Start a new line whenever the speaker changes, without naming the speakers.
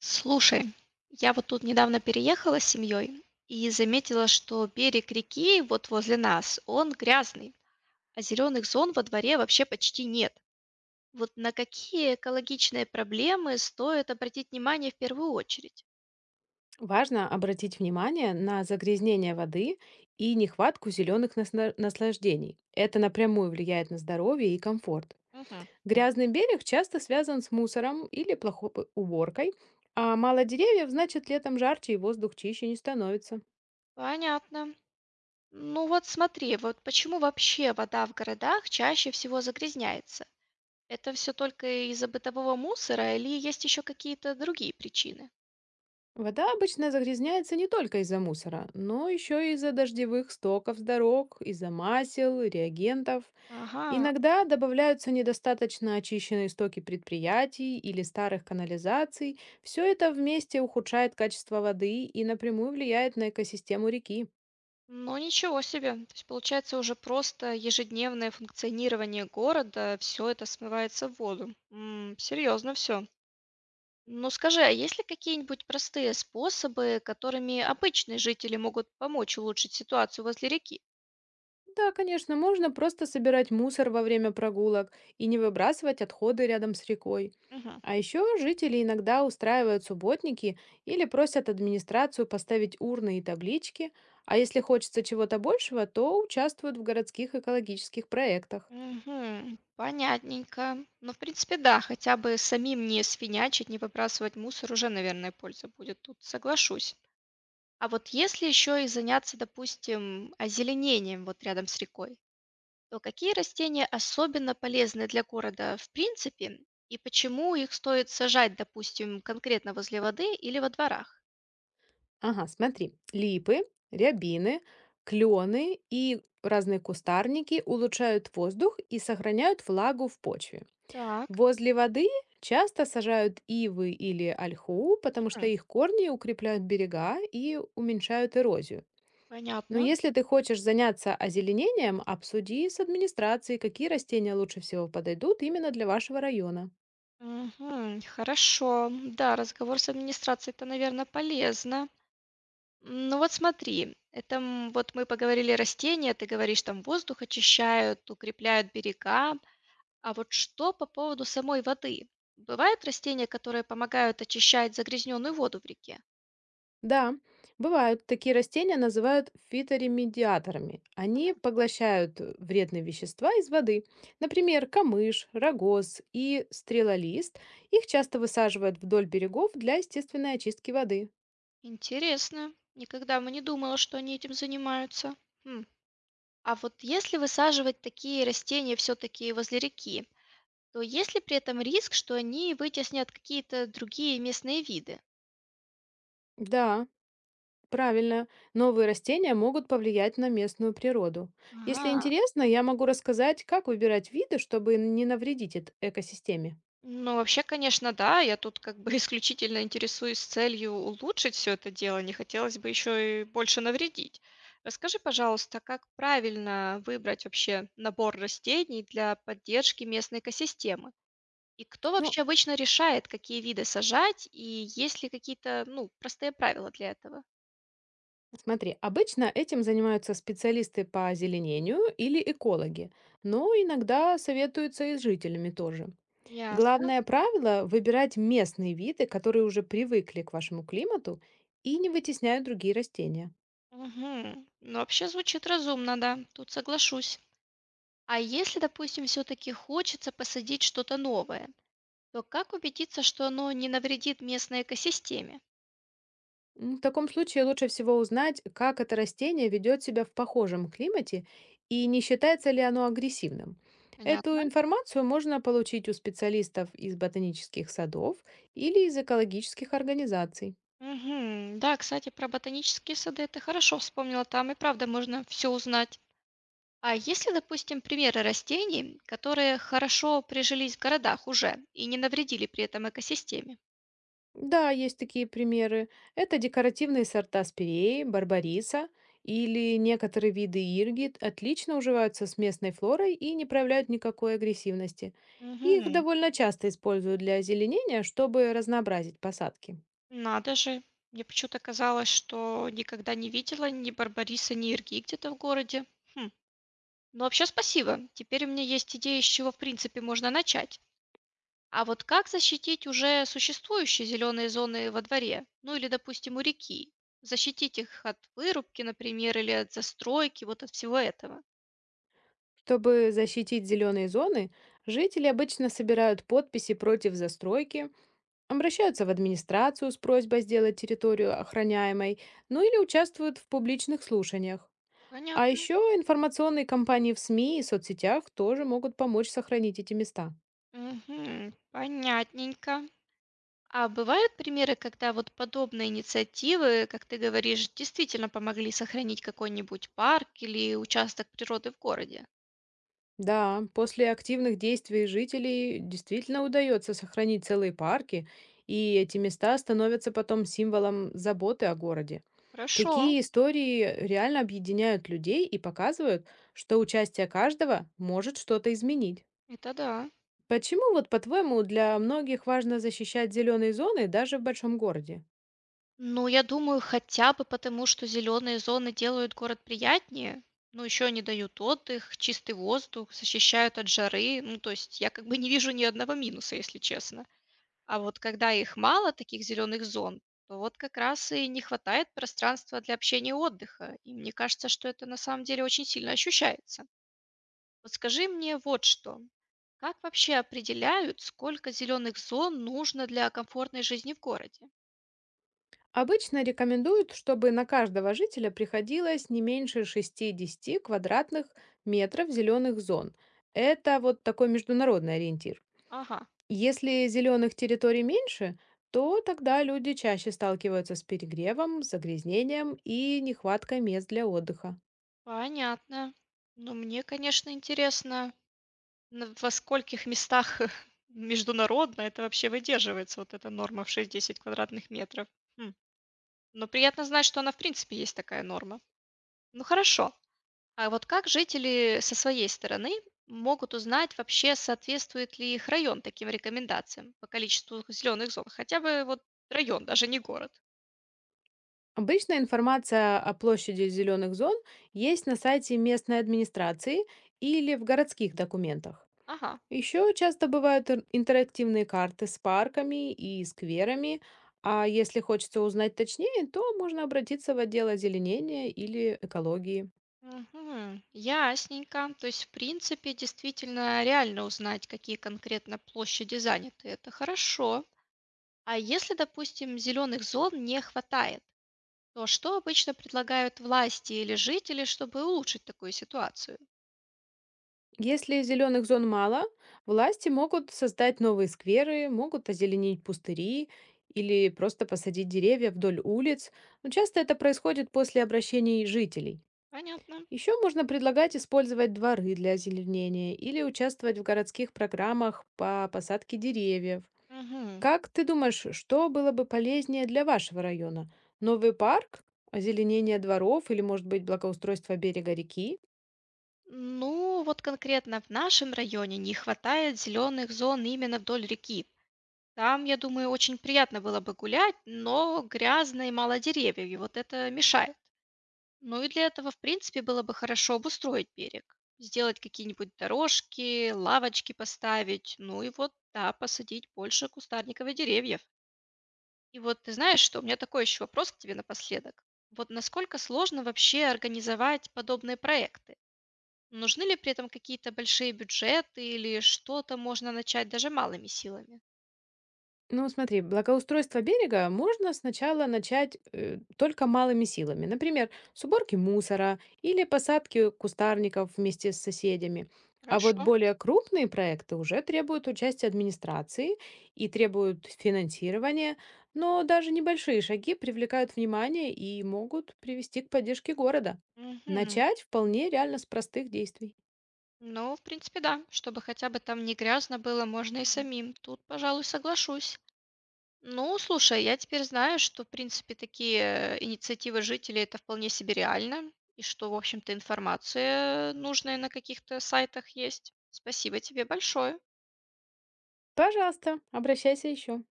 Слушай, я вот тут недавно переехала с семьей и заметила, что берег реки вот возле нас, он грязный, а зеленых зон во дворе вообще почти нет. Вот на какие экологичные проблемы стоит обратить внимание в первую очередь?
Важно обратить внимание на загрязнение воды и нехватку зеленых наслаждений. Это напрямую влияет на здоровье и комфорт.
Мгм.
Грязный берег часто связан с мусором или плохой уборкой, а мало деревьев значит летом жарче и воздух чище не становится.
Понятно. Ну вот смотри, вот почему вообще вода в городах чаще всего загрязняется? Это все только из-за бытового мусора или есть еще какие-то другие причины?
Вода обычно загрязняется не только из-за мусора, но еще и из-за дождевых стоков с дорог, из-за масел, реагентов.
Ага.
Иногда добавляются недостаточно очищенные стоки предприятий или старых канализаций. Все это вместе ухудшает качество воды и напрямую влияет на экосистему реки.
Ну, ничего себе. То есть, получается, уже просто ежедневное функционирование города, все это смывается в воду. Серьезно все. Ну, скажи, а есть ли какие-нибудь простые способы, которыми обычные жители могут помочь улучшить ситуацию возле реки?
Да, конечно, можно просто собирать мусор во время прогулок и не выбрасывать отходы рядом с рекой.
Мгм.
А еще жители иногда устраивают субботники или просят администрацию поставить урны и таблички, а если хочется чего-то большего, то участвуют в городских экологических проектах.
Мгм, понятненько. Ну, в принципе, да, хотя бы самим не свинячить, не выбрасывать мусор уже, наверное, польза будет. Тут соглашусь. А вот если еще и заняться, допустим, озеленением вот рядом с рекой, то какие растения особенно полезны для города в принципе и почему их стоит сажать, допустим, конкретно возле воды или во дворах?
Ага, смотри, липы, рябины, клены и разные кустарники улучшают воздух и сохраняют влагу в почве.
Так,
Возле воды часто сажают ивы или ольху, потому что
мгм,
их корни укрепляют берега и уменьшают эрозию. Но
понятно.
если ты хочешь заняться озеленением, обсуди с администрацией, какие растения лучше всего подойдут именно для вашего района.
Мгм, хорошо. Да, разговор с администрацией это, наверное, полезно. Ну вот смотри, это вот мы поговорили растения, ты говоришь, там воздух очищают, укрепляют берега. А вот что по поводу самой воды? Бывают растения, которые помогают очищать загрязненную воду в реке?
Да, бывают. Такие растения называют фиторемедиаторами. Они поглощают вредные вещества из воды. Например, камыш, рогоз и стрелолист. Их часто высаживают вдоль берегов для естественной очистки воды.
Интересно. Никогда бы не думала, что они этим занимаются. Хм. А вот если высаживать такие растения все-таки возле реки, то есть ли при этом риск, что они вытеснят какие-то другие местные виды?
Да, правильно. Новые растения могут повлиять на местную природу. Если
Ага.
интересно, я могу рассказать, как выбирать виды, чтобы не навредить экосистеме.
Ну, вообще, конечно, да. Я тут как бы исключительно интересуюсь с целью улучшить все это дело. Не хотелось бы еще и больше навредить. Расскажи, пожалуйста, как правильно выбрать вообще набор растений для поддержки местной экосистемы? И кто
Ну,
вообще обычно решает, какие виды сажать, и есть ли какие-то, ну, простые правила для этого?
смотри, обычно этим занимаются специалисты по озеленению или экологи, но иногда советуются и с жителями тоже.
Ясно.
Главное правило– выбирать местные виды, которые уже привыкли к вашему климату и не вытесняют другие растения.
Мгм. Ну, вообще звучит разумно, да, тут соглашусь. А если, допустим, все-таки хочется посадить что-то новое, то как убедиться, что оно не навредит местной экосистеме?
В таком случае лучше всего узнать, как это растение ведет себя в похожем климате и не считается ли оно агрессивным. Эту
Понятно.
информацию можно получить у специалистов из ботанических садов или из экологических организаций.
Мгм. Да, кстати, про ботанические сады ты хорошо вспомнила, там и правда можно все узнать. А есть ли, допустим, примеры растений, которые хорошо прижились в городах уже и не навредили при этом экосистеме?
Да, есть такие примеры. Это декоративные сорта спиреи, барбариса или некоторые виды ирги отлично уживаются с местной флорой и не проявляют никакой агрессивности. Их
Мгм.
довольно часто используют для озеленения, чтобы разнообразить посадки.
Надо же. Мне почему-то казалось, что никогда не видела ни барбариса, ни ирги где-то в городе. Хм. Ну, вообще спасибо. Теперь у меня есть идея, с чего, в принципе, можно начать. А вот как защитить уже существующие зеленые зоны во дворе? Ну, или, допустим, у реки? Защитить их от вырубки, например, или от застройки, вот от всего этого.
Чтобы защитить зеленые зоны, жители обычно собирают подписи против застройки, обращаются в администрацию с просьбой сделать территорию охраняемой, ну или участвуют в публичных слушаниях. А
Понятно.
еще информационные кампании в СМИ и соцсетях тоже могут помочь сохранить эти места.
Мгм. Понятненько. А бывают примеры, когда вот подобные инициативы, как ты говоришь, действительно помогли сохранить какой-нибудь парк или участок природы в городе?
Да, после активных действий жителей действительно удается сохранить целые парки, и эти места становятся потом символом заботы о городе.
Хорошо,
Такие истории реально объединяют людей и показывают, что участие каждого может что-то изменить.
это да.
Почему, вот по-твоему, для многих важно защищать зеленые зоны даже в большом городе?
Ну, я думаю, хотя бы потому, что зеленые зоны делают город приятнее, ну, еще они дают отдых, чистый воздух, защищают от жары. Ну, то есть я как бы не вижу ни одного минуса, если честно. А вот когда их мало, таких зеленых зон, то вот как раз и не хватает пространства для общения и отдыха. И мне кажется, что это на самом деле очень сильно ощущается. Вот скажи мне вот что. Как вообще определяют, сколько зеленых зон нужно для комфортной жизни в городе?
Обычно рекомендуют, чтобы на каждого жителя приходилось не меньше 60 квадратных метров зеленых зон. Это вот такой международный ориентир.
Ага,
Если зеленых территорий меньше, то тогда люди чаще сталкиваются с перегревом, загрязнением и нехваткой мест для отдыха.
понятно. Ну, мне, конечно, интересно, на- во скольких местах международно это вообще выдерживается, вот эта норма в 6-10 квадратных метров. Хм. Но приятно знать, что она в принципе есть такая норма. Ну хорошо. А вот как жители со своей стороны могут узнать вообще, соответствует ли их район таким рекомендациям по количеству зеленых зон? Хотя бы вот район, даже не город.
Обычная информация о площади зеленых зон есть на сайте местной администрации или в городских документах.
Ага.
Еще часто бывают интерактивные карты с парками и скверами, а если хочется узнать точнее, то можно обратиться в отдел озеленения или экологии.
Мгм, ясненько. То есть, в принципе, действительно реально узнать, какие конкретно площади заняты. Это хорошо. А если, допустим, зеленых зон не хватает, то что обычно предлагают власти или жители, чтобы улучшить такую ситуацию?
Если зеленых зон мало, власти могут создать новые скверы, могут озеленить пустыри или просто посадить деревья вдоль улиц, но часто это происходит после обращений жителей.
Понятно.
Еще можно предлагать использовать дворы для озеленения или участвовать в городских программах по посадке деревьев.
Мгм.
Как ты думаешь, что было бы полезнее для вашего района? Новый парк, озеленение дворов или, может быть, благоустройство берега реки?
Ну, вот конкретно в нашем районе не хватает зеленых зон именно вдоль реки. Там, я думаю, очень приятно было бы гулять, но грязно и мало деревьев, и вот это мешает. Ну и для этого, в принципе, было бы хорошо обустроить берег. Сделать какие-нибудь дорожки, лавочки поставить, ну и вот, да, посадить больше кустарников и деревьев. И вот ты знаешь что, у меня такой еще вопрос к тебе напоследок. Вот насколько сложно вообще организовать подобные проекты? Нужны ли при этом какие-то большие бюджеты или что-то можно начать даже малыми силами?
Ну, смотри, благоустройство берега можно сначала начать только малыми силами. Например, с уборки мусора или посадки кустарников вместе с соседями. А вот
Хорошо.
более крупные проекты уже требуют участия администрации и требуют финансирования, но даже небольшие шаги привлекают внимание и могут привести к поддержке города.
Мгм.
Начать вполне реально с простых действий.
Ну, в принципе, да. Чтобы хотя бы там не грязно было, можно и самим. Тут, пожалуй, соглашусь. Ну, слушай, я теперь знаю, что, в принципе, такие инициативы жителей это вполне себе реально, и что, в общем-то, информация нужная на каких-то сайтах есть. Спасибо тебе большое.
Пожалуйста, обращайся еще.